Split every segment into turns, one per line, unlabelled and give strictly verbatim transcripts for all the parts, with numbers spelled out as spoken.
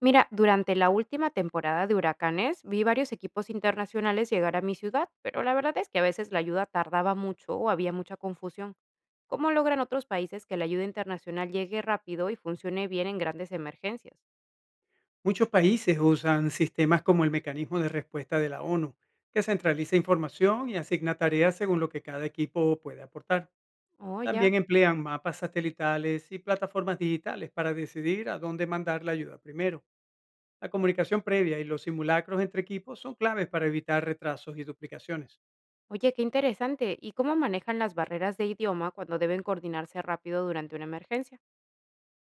Mira, durante la última temporada de huracanes vi varios equipos internacionales llegar a mi ciudad, pero la verdad es que a veces la ayuda tardaba mucho o había mucha confusión. ¿Cómo logran otros países que la ayuda internacional llegue rápido y funcione bien en grandes emergencias?
Muchos países usan sistemas como el mecanismo de respuesta de la O N U, que centraliza información y asigna tareas según lo que cada equipo puede aportar.
Oh, ya.
También emplean mapas satelitales y plataformas digitales para decidir a dónde mandar la ayuda primero. La comunicación previa y los simulacros entre equipos son claves para evitar retrasos y duplicaciones.
Oye, qué interesante. ¿Y cómo manejan las barreras de idioma cuando deben coordinarse rápido durante una emergencia?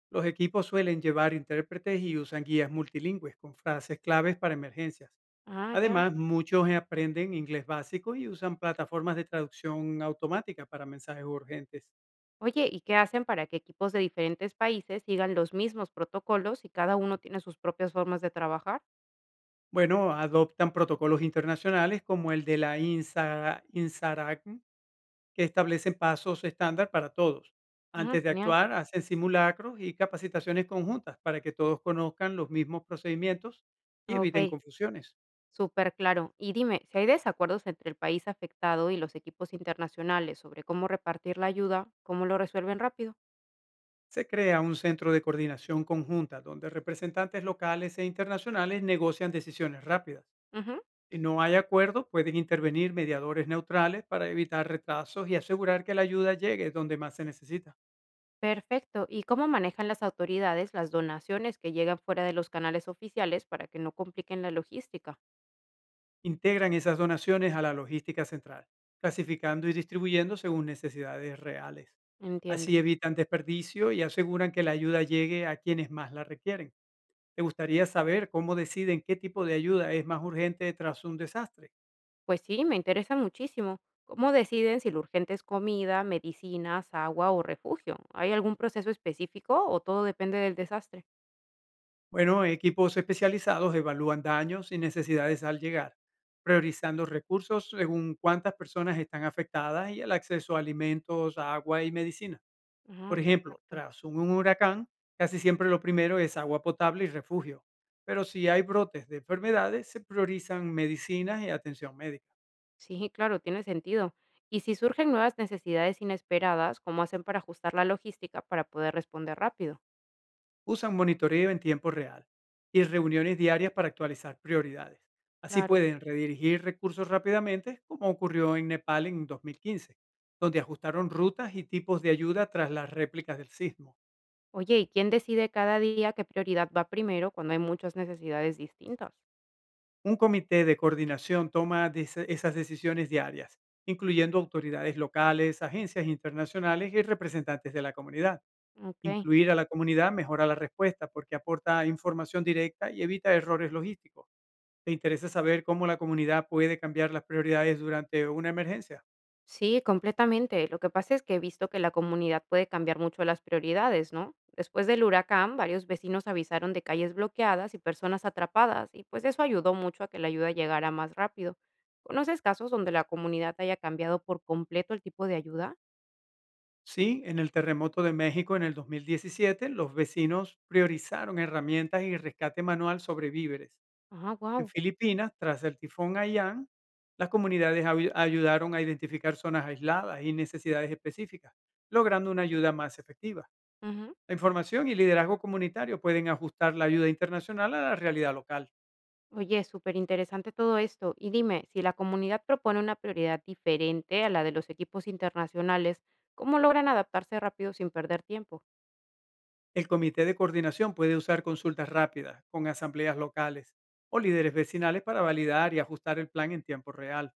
Los equipos suelen llevar intérpretes y usan guías multilingües con frases claves para emergencias.
Ah, ya.
Además, muchos aprenden inglés básico y usan plataformas de traducción automática para mensajes urgentes.
Oye, ¿y qué hacen para que equipos de diferentes países sigan los mismos protocolos y cada uno tiene sus propias formas de trabajar?
Bueno, adoptan protocolos internacionales como el de la INSA- INSARAG, que establecen pasos estándar para todos.
Ah,
Antes de
genial.
actuar, hacen simulacros y capacitaciones conjuntas para que todos conozcan los mismos procedimientos y eviten
Okey,
confusiones.
claro. Y dime, si hay desacuerdos entre el país afectado y los equipos internacionales sobre cómo repartir la ayuda, ¿cómo lo resuelven rápido?
Se crea un centro de coordinación conjunta donde representantes locales e internacionales negocian decisiones rápidas.
Ujú,
Si no hay acuerdo, pueden intervenir mediadores neutrales para evitar retrasos y asegurar que la ayuda llegue donde más se necesita.
perfecto. ¿Y cómo manejan las autoridades las donaciones que llegan fuera de los canales oficiales para que no compliquen la logística?
Integran esas donaciones a la logística central, clasificando y distribuyendo según necesidades reales. Así
Entiendo.
evitan desperdicio y aseguran que la ayuda llegue a quienes más la requieren. ¿Te gustaría saber cómo deciden qué tipo de ayuda es más urgente tras un desastre?
Pues sí, me interesa muchísimo. ¿Cómo deciden si lo urgente es comida, medicinas, agua o refugio? ¿Hay algún proceso específico o todo depende del desastre?
Bueno, equipos especializados evalúan daños y necesidades al llegar, priorizando recursos según cuántas personas están afectadas y el acceso a alimentos, agua y medicina. Por
Ah,
ejemplo,
perfecto.
tras un huracán, casi siempre lo primero es agua potable y refugio, pero si hay brotes de enfermedades, se priorizan medicinas y atención médica.
Sí, claro, tiene sentido. Y si surgen nuevas necesidades inesperadas, ¿cómo hacen para ajustar la logística para poder responder rápido?
Usan monitoreo en tiempo real y reuniones diarias para actualizar prioridades. Así
Claro.
pueden redirigir recursos rápidamente, como ocurrió en Nepal en dos mil quince, donde ajustaron rutas y tipos de ayuda tras las réplicas del sismo.
Oye, ¿y quién decide cada día qué prioridad va primero cuando hay muchas necesidades distintas?
Un comité de coordinación toma des- esas decisiones diarias, incluyendo autoridades locales, agencias internacionales y representantes de la comunidad.
Ok.
Incluir a la comunidad mejora la respuesta porque aporta información directa y evita errores logísticos. ¿Te interesa saber cómo la comunidad puede cambiar las prioridades durante una emergencia?
Sí, completamente. Lo que pasa es que he visto que la comunidad puede cambiar mucho las prioridades, ¿no? Después del huracán, varios vecinos avisaron de calles bloqueadas y personas atrapadas, y pues eso ayudó mucho a que la ayuda llegara más rápido. ¿Conoces casos donde la comunidad haya cambiado por completo el tipo de ayuda?
Sí, en el terremoto de México en el dos mil diecisiete, los vecinos priorizaron herramientas y rescate manual sobre víveres.
Ah,
En
wow.
Filipinas, tras el tifón Haiyan, las comunidades ayu- ayudaron a identificar zonas aisladas y necesidades específicas, logrando una ayuda más efectiva. La información y liderazgo comunitario pueden ajustar la ayuda internacional a la realidad local.
Oye, súper interesante todo esto. Y dime, si la comunidad propone una prioridad diferente a la de los equipos internacionales, ¿cómo logran adaptarse rápido sin perder tiempo?
El comité de coordinación puede usar consultas rápidas con asambleas locales o líderes vecinales para validar y ajustar el plan en tiempo real.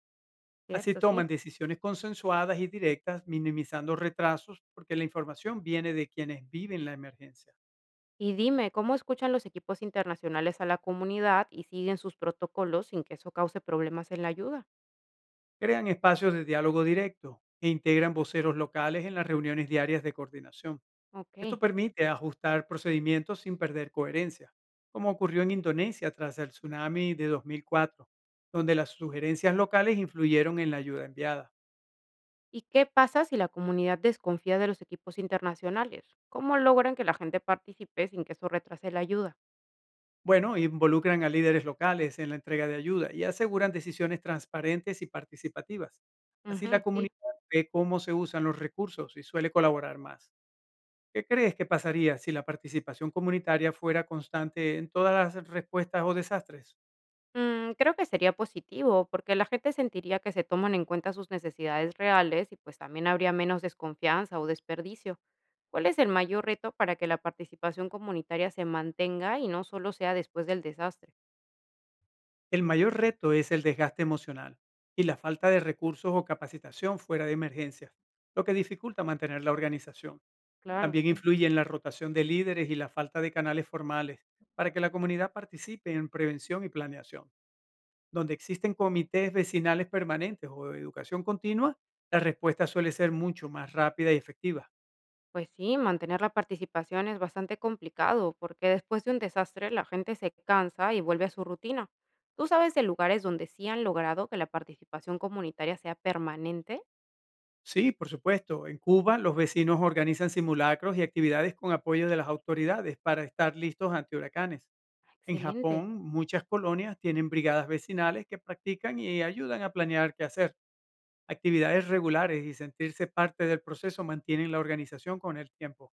Así
Cierto,
toman
sí.
decisiones consensuadas y directas, minimizando retrasos porque la información viene de quienes viven la emergencia.
Y dime, ¿cómo escuchan los equipos internacionales a la comunidad y siguen sus protocolos sin que eso cause problemas en la ayuda?
Crean espacios de diálogo directo e integran voceros locales en las reuniones diarias de coordinación. Esto
Ok.
permite ajustar procedimientos sin perder coherencia, como ocurrió en Indonesia tras el tsunami de dos mil cuatro, donde las sugerencias locales influyeron en la ayuda enviada.
¿Y qué pasa si la comunidad desconfía de los equipos internacionales? ¿Cómo logran que la gente participe sin que eso retrase la ayuda?
Bueno, involucran a líderes locales en la entrega de ayuda y aseguran decisiones transparentes y participativas. Así la
Ujú,
comunidad
sí.
ve cómo se usan los recursos y suele colaborar más. ¿Qué crees que pasaría si la participación comunitaria fuera constante en todas las respuestas o desastres?
Mm, creo que sería positivo, porque la gente sentiría que se toman en cuenta sus necesidades reales y pues también habría menos desconfianza o desperdicio. ¿Cuál es el mayor reto para que la participación comunitaria se mantenga y no solo sea después del desastre?
El mayor reto es el desgaste emocional y la falta de recursos o capacitación fuera de emergencias, lo que dificulta mantener la organización.
Claro,
También
sí.
influye en la rotación de líderes y la falta de canales formales para que la comunidad participe en prevención y planeación. Donde existen comités vecinales permanentes o de educación continua, la respuesta suele ser mucho más rápida y efectiva.
Pues sí, mantener la participación es bastante complicado, porque después de un desastre la gente se cansa y vuelve a su rutina. ¿Tú sabes de lugares donde sí han logrado que la participación comunitaria sea permanente?
Sí, por supuesto. En Cuba, los vecinos organizan simulacros y actividades con apoyo de las autoridades para estar listos ante huracanes. En
Excelente.
Japón, muchas colonias tienen brigadas vecinales que practican y ayudan a planear qué hacer. Actividades regulares y sentirse parte del proceso mantienen la organización con el tiempo.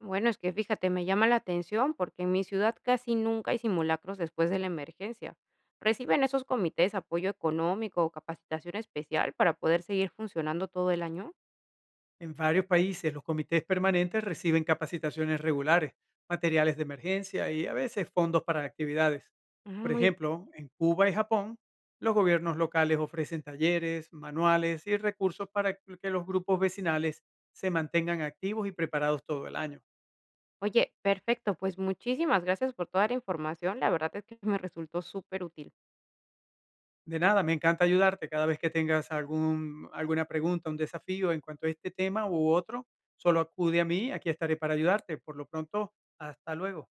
Bueno, es que fíjate, me llama la atención porque en mi ciudad casi nunca hay simulacros después de la emergencia. ¿Reciben esos comités apoyo económico o capacitación especial para poder seguir funcionando todo el año?
En varios países, los comités permanentes reciben capacitaciones regulares, materiales de emergencia y a veces fondos para actividades.
Ah,
Por
Muy...
ejemplo, en Cuba y Japón, los gobiernos locales ofrecen talleres, manuales y recursos para que los grupos vecinales se mantengan activos y preparados todo el año.
Oye, perfecto, pues muchísimas gracias por toda la información. La verdad es que me resultó súper útil.
De nada, me encanta ayudarte cada vez que tengas algún, alguna pregunta, un desafío en cuanto a este tema u otro, solo acude a mí, aquí estaré para ayudarte. Por lo pronto, hasta luego.